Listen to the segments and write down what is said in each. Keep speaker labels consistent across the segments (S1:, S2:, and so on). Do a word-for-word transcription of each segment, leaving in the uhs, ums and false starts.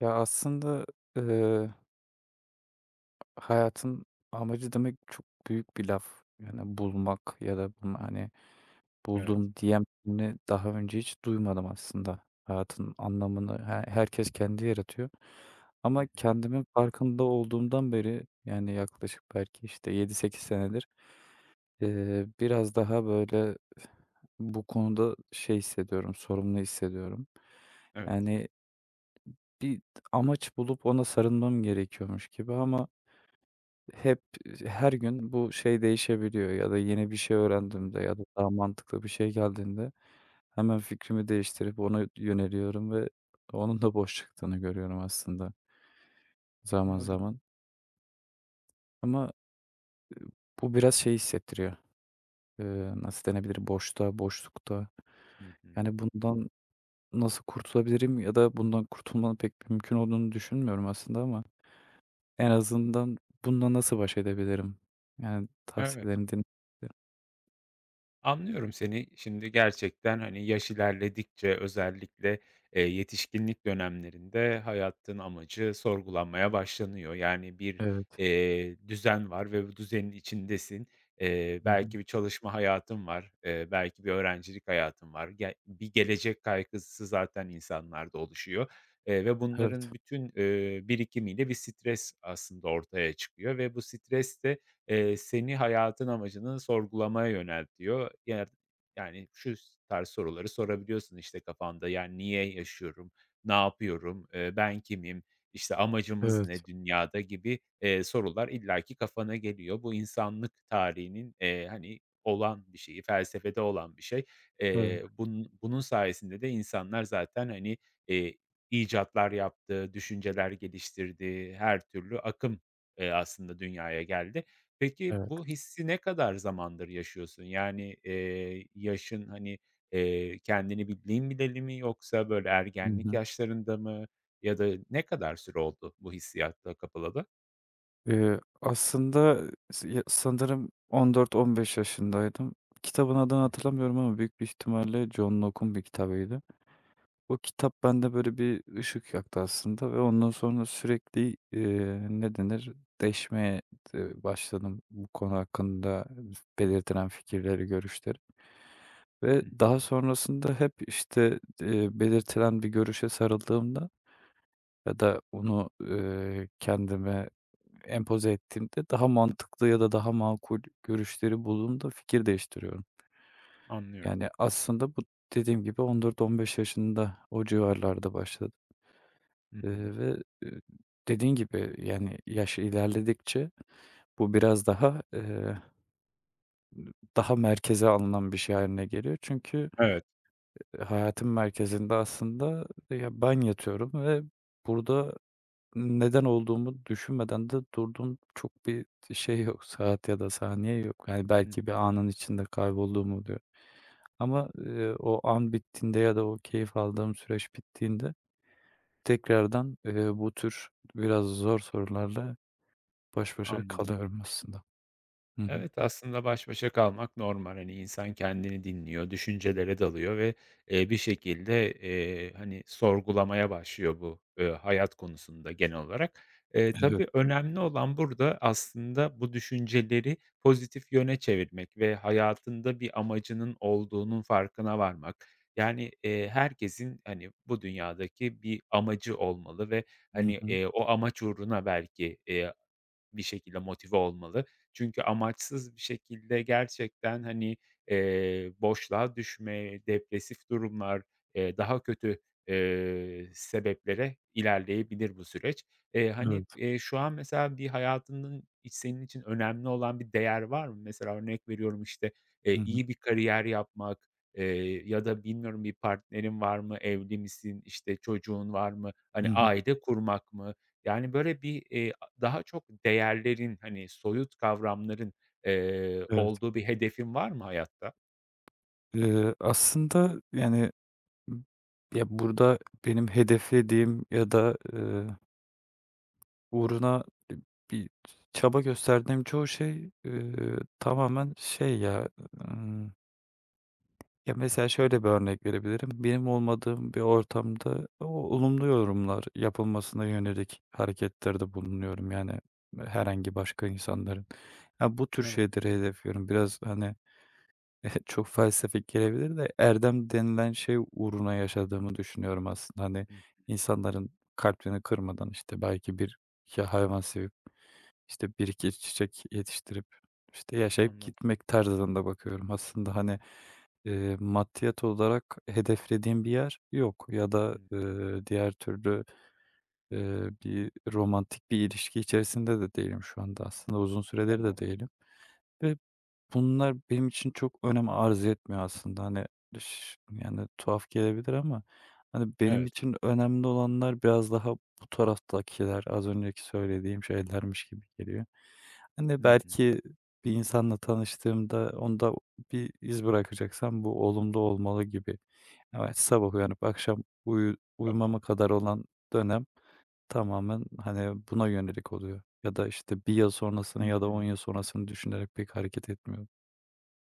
S1: Ya, aslında, eee, hayatın amacı demek çok büyük bir laf. Yani bulmak ya da bunu, hani,
S2: Evet.
S1: buldum diyen birini daha önce hiç duymadım aslında. Hayatın anlamını he herkes kendi yaratıyor.
S2: Hı
S1: Ama
S2: hı.
S1: kendimin farkında olduğumdan beri, yani yaklaşık belki, işte, yedi sekiz senedir, eee, biraz daha böyle bu konuda şey hissediyorum, sorumlu hissediyorum.
S2: Evet.
S1: Yani bir amaç bulup ona sarılmam gerekiyormuş gibi ama hep, her gün bu şey değişebiliyor ya da yeni bir şey
S2: Hı hı.
S1: öğrendiğimde ya da daha mantıklı bir şey geldiğinde hemen fikrimi değiştirip ona yöneliyorum ve onun da boş çıktığını görüyorum aslında zaman
S2: Anladım.
S1: zaman. Ama bu biraz şey hissettiriyor. Eee, nasıl denebilir? Boşta, boşlukta.
S2: Hı hı.
S1: Yani bundan nasıl kurtulabilirim ya da bundan kurtulmanın pek mümkün olduğunu düşünmüyorum aslında ama en azından bununla nasıl baş edebilirim? Yani
S2: Evet.
S1: tavsiyelerini dinledim.
S2: Anlıyorum seni. Şimdi gerçekten, hani, yaş ilerledikçe özellikle, eee, yetişkinlik dönemlerinde hayatın amacı sorgulanmaya başlanıyor. Yani bir,
S1: Evet.
S2: eee, düzen var ve bu düzenin içindesin. Eee,
S1: Hı hı.
S2: belki bir çalışma hayatın var, eee, belki bir öğrencilik hayatın var. Ge bir gelecek kaygısı zaten insanlarda oluşuyor, eee, ve
S1: Evet,
S2: bunların bütün, eee, birikimiyle bir stres aslında ortaya çıkıyor ve bu stres de, eee, seni hayatın amacını sorgulamaya yöneltiyor. Yer yani şu s tarz soruları sorabiliyorsun, işte, kafanda, yani, "Niye yaşıyorum? Ne yapıyorum? Eee, ben kimim? İşte, amacımız
S1: evet,
S2: ne dünyada?" gibi, eee, sorular illaki kafana geliyor. Bu insanlık tarihinin, eee, hani, olan bir şeyi, felsefede olan bir şey.
S1: evet,
S2: Eee, bunun bunun sayesinde de insanlar zaten, hani, eee, icatlar yaptı, düşünceler geliştirdi, her türlü akım, eee, aslında dünyaya geldi. Peki,
S1: evet.
S2: bu hissi ne kadar zamandır yaşıyorsun? Yani, eee, yaşın, hani, eee, kendini bildiğin bileli mi yoksa böyle
S1: Hı
S2: ergenlik
S1: hı.
S2: yaşlarında mı ya da ne kadar süre oldu bu hissiyata kapılalı?
S1: Eee, aslında s ya sanırım on dört on beş yaşındaydım. Kitabın adını
S2: Hıh.
S1: hatırlamıyorum ama büyük bir ihtimalle John Locke'un bir kitabıydı. O kitap bende böyle bir ışık yaktı aslında ve ondan sonra sürekli, eee, ne denir, deşmeye d başladım bu konu hakkında belirtilen fikirleri, görüşleri ve
S2: Hı
S1: daha
S2: hı.
S1: sonrasında hep, işte, eee, belirtilen bir görüşe sarıldığımda ya da onu, eee, kendime empoze ettiğimde daha mantıklı ya da daha makul görüşleri bulduğumda fikir değiştiriyorum.
S2: Anlıyorum.
S1: Yani, aslında bu dediğim gibi on dört on beş yaşında, o civarlarda başladı,
S2: Hı hı.
S1: eee, ve, eee, dediğin gibi, yani, yaş ilerledikçe bu biraz daha, eee, daha merkeze alınan bir şey hâline geliyor. Çünkü
S2: Evet.
S1: hayatın merkezinde aslında, ya, ben yatıyorum ve burada neden olduğumu düşünmeden de durduğum çok bir şey yok, saat ya da saniye yok. Yani
S2: Hı
S1: belki bir
S2: hı.
S1: anın içinde kaybolduğum oluyor. Ama, eee, o an bittiğinde ya da o keyif aldığım süreç bittiğinde tekrardan, eee, bu tür biraz zor sorularla baş başa
S2: Anladım.
S1: kalıyorum aslında. Hı hı.
S2: Evet, aslında baş başa kalmak normal. Hani, insan kendini dinliyor, düşüncelere dalıyor ve, eee, bir şekilde, eee, hani, sorgulamaya başlıyor bu, eee, hayat konusunda genel olarak. Eee,
S1: Evet.
S2: tabii önemli olan burada aslında bu düşünceleri pozitif yöne çevirmek ve hayatında bir amacının olduğunun farkına varmak. Yani, eee, herkesin, hani, bu dünyadaki bir amacı olmalı ve,
S1: Hı
S2: hani,
S1: hı.
S2: eee, o amaç uğruna belki, eee, bir şekilde motive olmalı. Çünkü amaçsız bir şekilde gerçekten, hani, eee, boşluğa düşme, depresif durumlar, eee, daha kötü, eee, sebeplere ilerleyebilir bu süreç. Eee, hani,
S1: Evet.
S2: eee, şu an mesela bir hayatının iç senin için önemli olan bir değer var mı? Mesela örnek veriyorum, işte,
S1: Hı
S2: eee,
S1: hı.
S2: iyi bir kariyer yapmak, eee, ya da bilmiyorum bir partnerin var mı, evli misin, işte, çocuğun var mı,
S1: Hı
S2: hani,
S1: hı.
S2: aile kurmak mı? Yani, böyle bir, eee, daha çok değerlerin, hani, soyut kavramların, eee,
S1: Evet.
S2: olduğu bir hedefin var mı hayatta?
S1: Eee, aslında yani, m- ya, burada benim hedeflediğim ya da uğruna e, bir çaba gösterdiğim çoğu şey, ııı, tamamen şey ya, ımm, ya,
S2: Hı
S1: mesela
S2: hı.
S1: şöyle bir örnek verebilirim. Benim olmadığım bir ortamda o olumlu yorumlar yapılmasına yönelik hareketlerde bulunuyorum, yani, herhangi başka insanların. Ya, bu tür
S2: Evet.
S1: şeyleri hedefliyorum. Biraz, hani, çok felsefik gelebilir de erdem denilen şey uğruna yaşadığımı düşünüyorum aslında. Hani,
S2: Hıh,
S1: insanların kalbini kırmadan, işte, belki bir iki hayvan sevip, işte, bir iki çiçek yetiştirip, işte, yaşayıp
S2: anladım.
S1: gitmek tarzında bakıyorum. Aslında, hani, eee, maddiyat olarak hedeflediğim bir yer yok ya da,
S2: Hımm,
S1: eee, diğer türlü, eee, bir romantik bir ilişki içerisinde de değilim şu anda, aslında uzun süredir de
S2: tamam.
S1: değilim. Ve bunlar benim için çok önem arz etmiyor aslında. Hani, ş yani tuhaf gelebilir ama, hani, benim
S2: Evet.
S1: için önemli olanlar biraz daha bu taraftakiler, az önceki söylediğim şeylermiş gibi geliyor. Hani,
S2: Hı hı,
S1: belki bir insanla tanıştığımda onda bir iz bırakacaksam bu olumlu olmalı gibi. Evet, sabah uyanıp akşam uyu
S2: tamam.
S1: uyumama kadar olan dönem tamamen, hani, buna yönelik oluyor ya da, işte, bir yıl sonrasını
S2: Hı
S1: ya da on
S2: hı.
S1: yıl sonrasını düşünerek pek hareket etmiyor.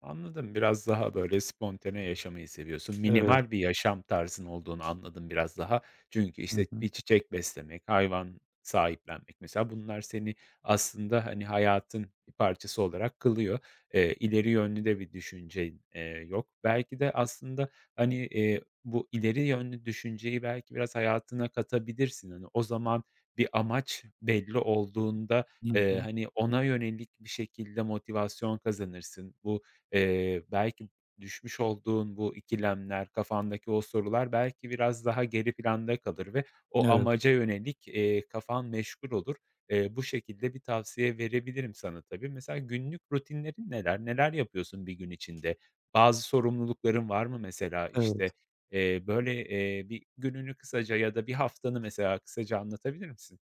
S2: Anladım. Biraz daha, böyle, spontane yaşamayı seviyorsun.
S1: Evet.
S2: Minimal bir yaşam tarzın olduğunu anladım biraz daha. Çünkü,
S1: Hı
S2: işte,
S1: hı.
S2: bir çiçek beslemek, hayvan sahiplenmek mesela bunlar seni aslında, hani, hayatın bir parçası olarak kılıyor. Eee, ileri yönlü de bir düşüncen, eee, yok. Belki de aslında, hani, eee, bu ileri yönlü düşünceyi belki biraz hayatına katabilirsin. Hani, o zaman bir amaç belli olduğunda,
S1: Hı
S2: eee,
S1: hı.
S2: hani, ona yönelik bir şekilde motivasyon kazanırsın. Bu Eee, belki düşmüş olduğun bu ikilemler, kafandaki o sorular belki biraz daha geri planda kalır ve o
S1: Evet,
S2: amaca yönelik, eee, kafan meşgul olur. Eee, bu şekilde bir tavsiye verebilirim sana tabii. Mesela günlük rutinlerin neler? Neler yapıyorsun bir gün içinde? Bazı sorumlulukların var mı mesela? İşte,
S1: evet.
S2: eee, böyle, eee, bir gününü kısaca ya da bir haftanı mesela kısaca anlatabilir misin?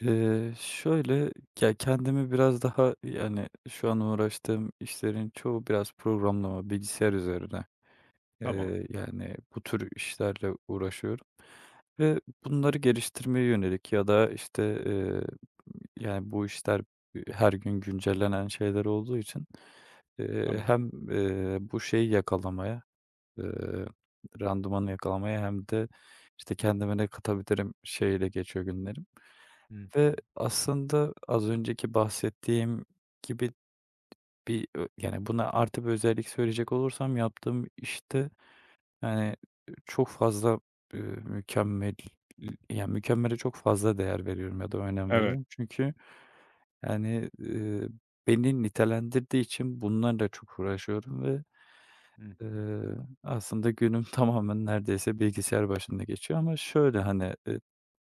S1: Eee, şöyle, ya, kendimi biraz daha, yani, şu an uğraştığım işlerin çoğu biraz programlama, bilgisayar üzerine.
S2: Tamam,
S1: Eee, yani, bu tür işlerle uğraşıyorum. Ve bunları geliştirmeye yönelik ya da, işte, eee, yani, bu işler, her gün güncellenen şeyler olduğu için, eee,
S2: tamam.
S1: hem, eee, bu şeyi yakalamaya, eee, randımanı yakalamaya hem de, işte, kendime ne katabilirim şeyiyle geçiyor günlerim
S2: Hı
S1: ve
S2: hı.
S1: aslında az önceki bahsettiğim gibi bir, ö yani, buna artı bir özellik söyleyecek olursam yaptığım işte, yani, çok fazla, ııı, mükemmel yani, mükemmele çok fazla değer veriyorum ya da önem
S2: Evet.
S1: veriyorum. Çünkü, yani, ııı, beni nitelendirdiği için bunlarla çok uğraşıyorum ve,
S2: Hı hı.
S1: ııı, aslında günüm tamamen neredeyse bilgisayar başında geçiyor ama şöyle, hani, ııı,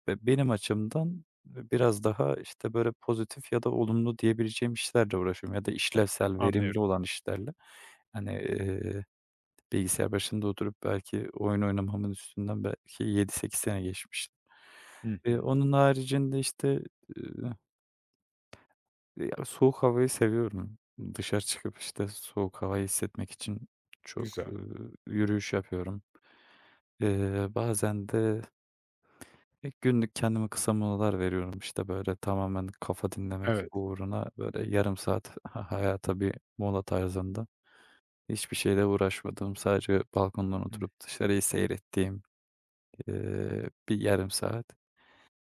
S1: be benim açımdan biraz daha, işte, böyle, pozitif ya da olumlu diyebileceğim işlerle uğraşıyorum ya da işlevsel,
S2: Anlıyorum.
S1: verimli olan işlerle. Hani, bilgisayar başında oturup belki oyun oynamamın üstünden belki yedi sekiz sene geçmiştir.
S2: Hı
S1: Eee,
S2: hı.
S1: onun haricinde, işte, ııı, ya, soğuk havayı seviyorum. Dışarı çıkıp, işte, soğuk havayı hissetmek için çok,
S2: Güzel.
S1: ııı, yürüyüş yapıyorum. Eee, bazen de, e, günlük kendime kısa molalar veriyorum. İşte, böyle, tamamen kafa dinlemek
S2: Evet.
S1: uğruna, böyle, yarım saat ha hayata bir mola tarzında. Hiçbir şeyle uğraşmadığım, sadece balkondan oturup dışarıyı seyrettiğim Eee, bir yarım saat.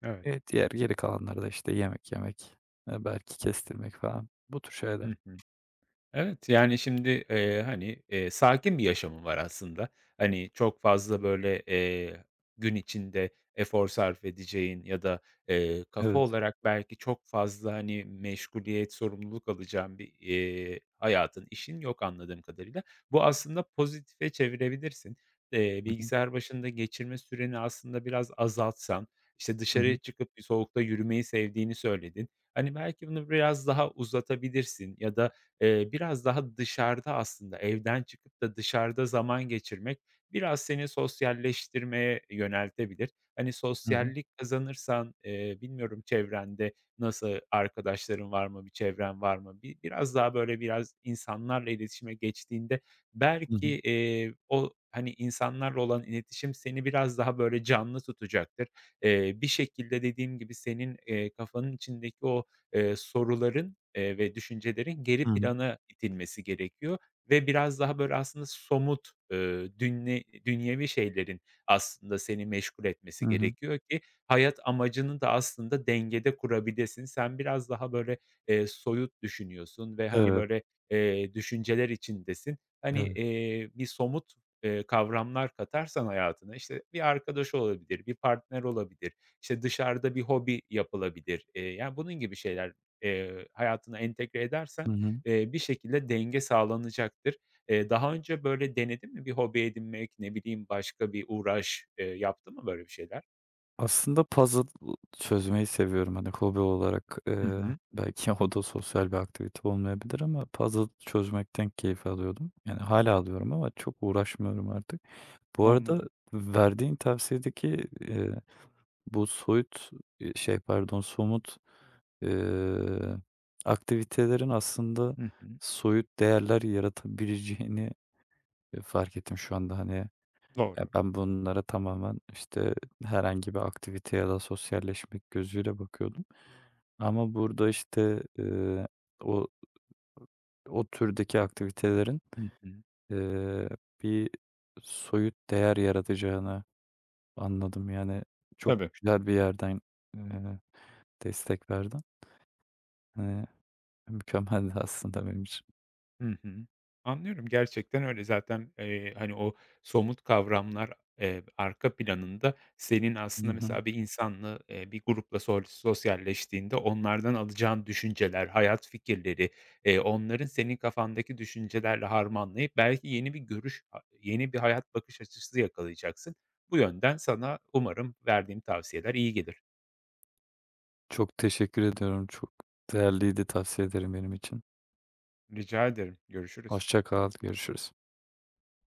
S2: Evet.
S1: Eee, diğer geri kalanları da, işte, yemek yemek, eee, belki kestirmek falan. Bu tür
S2: Hı
S1: şeyler.
S2: hı. Evet, yani, şimdi, eee, hani, eee, sakin bir yaşamın var aslında. Hani, çok fazla, böyle, eee, gün içinde efor sarf edeceğin ya da, eee, kafa
S1: Evet.
S2: olarak belki çok fazla, hani, meşguliyet, sorumluluk alacağın bir, eee, hayatın, işin yok anladığım kadarıyla. Bu aslında pozitife çevirebilirsin. Eee,
S1: Hı hı.
S2: bilgisayar başında geçirme süreni aslında biraz azaltsan, işte,
S1: Hı
S2: dışarıya
S1: hı.
S2: çıkıp bir soğukta yürümeyi sevdiğini söyledin. Hani, belki bunu biraz daha uzatabilirsin ya da, Eee, biraz daha dışarıda aslında evden çıkıp da dışarıda zaman geçirmek biraz seni sosyalleştirmeye yöneltebilir. Hani,
S1: Hı hı.
S2: sosyallik kazanırsan, eee, bilmiyorum çevrende nasıl arkadaşların var mı, bir çevren var mı? Bir biraz daha, böyle, biraz insanlarla iletişime geçtiğinde
S1: Hı
S2: belki,
S1: hı.
S2: eee, o, hani, insanlarla olan iletişim seni biraz daha, böyle, canlı tutacaktır. Eee, bir şekilde dediğim gibi senin, eee, kafanın içindeki o eee, soruların, eee, ve düşüncelerin geri
S1: Hı hı.
S2: plana itilmesi gerekiyor ve biraz daha, böyle, aslında somut, ııı, dünye dünyevi şeylerin aslında seni meşgul etmesi
S1: Hı hı.
S2: gerekiyor ki hayat amacını da aslında dengede kurabilesin. Sen biraz daha, böyle, eee, soyut düşünüyorsun ve, hani,
S1: Evet,
S2: böyle, eee, düşünceler içindesin. Hani,
S1: evet.
S2: eee, bir somut, eee, kavramlar katarsan hayatına, işte, bir arkadaş olabilir, bir partner olabilir işte, dışarıda bir hobi yapılabilir. Eee, yani, bunun gibi şeyler, eee, hayatına entegre edersen,
S1: Hı hı.
S2: eee, bir şekilde denge sağlanacaktır. Eee, daha önce böyle denedin mi bir hobi edinmek, ne bileyim, başka bir uğraş, eee, yaptın mı böyle bir şeyler?
S1: Aslında puzzle çözmeyi seviyorum. Hani, hobi olarak,
S2: Hı
S1: eee,
S2: hı.
S1: belki o da sosyal bir aktivite olmayabilir ama puzzle çözmekten keyif alıyordum. Yani hala alıyorum ama çok uğraşmıyorum artık. Bu arada
S2: Anladım.
S1: verdiğin tavsiyedeki, eee, bu soyut, eee, şey, pardon, somut Eee, aktivitelerin aslında
S2: Hı hı.
S1: soyut değerler yaratabileceğini, eee, fark ettim şu anda. Hani, ya,
S2: Doğru.
S1: ben bunlara tamamen, işte, herhangi bir aktivite ya da sosyalleşmek gözüyle bakıyordum. Ama burada, işte, eee, o o türdeki aktivitelerin,
S2: Hı hı.
S1: eee, bir soyut değer yaratacağını anladım. Yani, çok
S2: Tabii.
S1: güzel bir yerden, eee, destek verdin. Eee, Mükemmeldi aslında benim için.
S2: Hı hı. Anlıyorum, gerçekten öyle. Zaten, eee, hani, o somut kavramlar, eee, arka planında senin aslında mesela bir insanla, eee, bir grupla sol sosyalleştiğinde onlardan alacağın düşünceler, hayat fikirleri, eee, onların senin kafandaki düşüncelerle harmanlayıp belki yeni bir görüş, a yeni bir hayat bakış açısı yakalayacaksın. Bu yönden sana umarım verdiğim tavsiyeler iyi gelir.
S1: Çok teşekkür ediyorum. Çok değerliydi. Tavsiye ederim benim için.
S2: Rica ederim. Görüşürüz.
S1: Hoşça kal. Görüşürüz.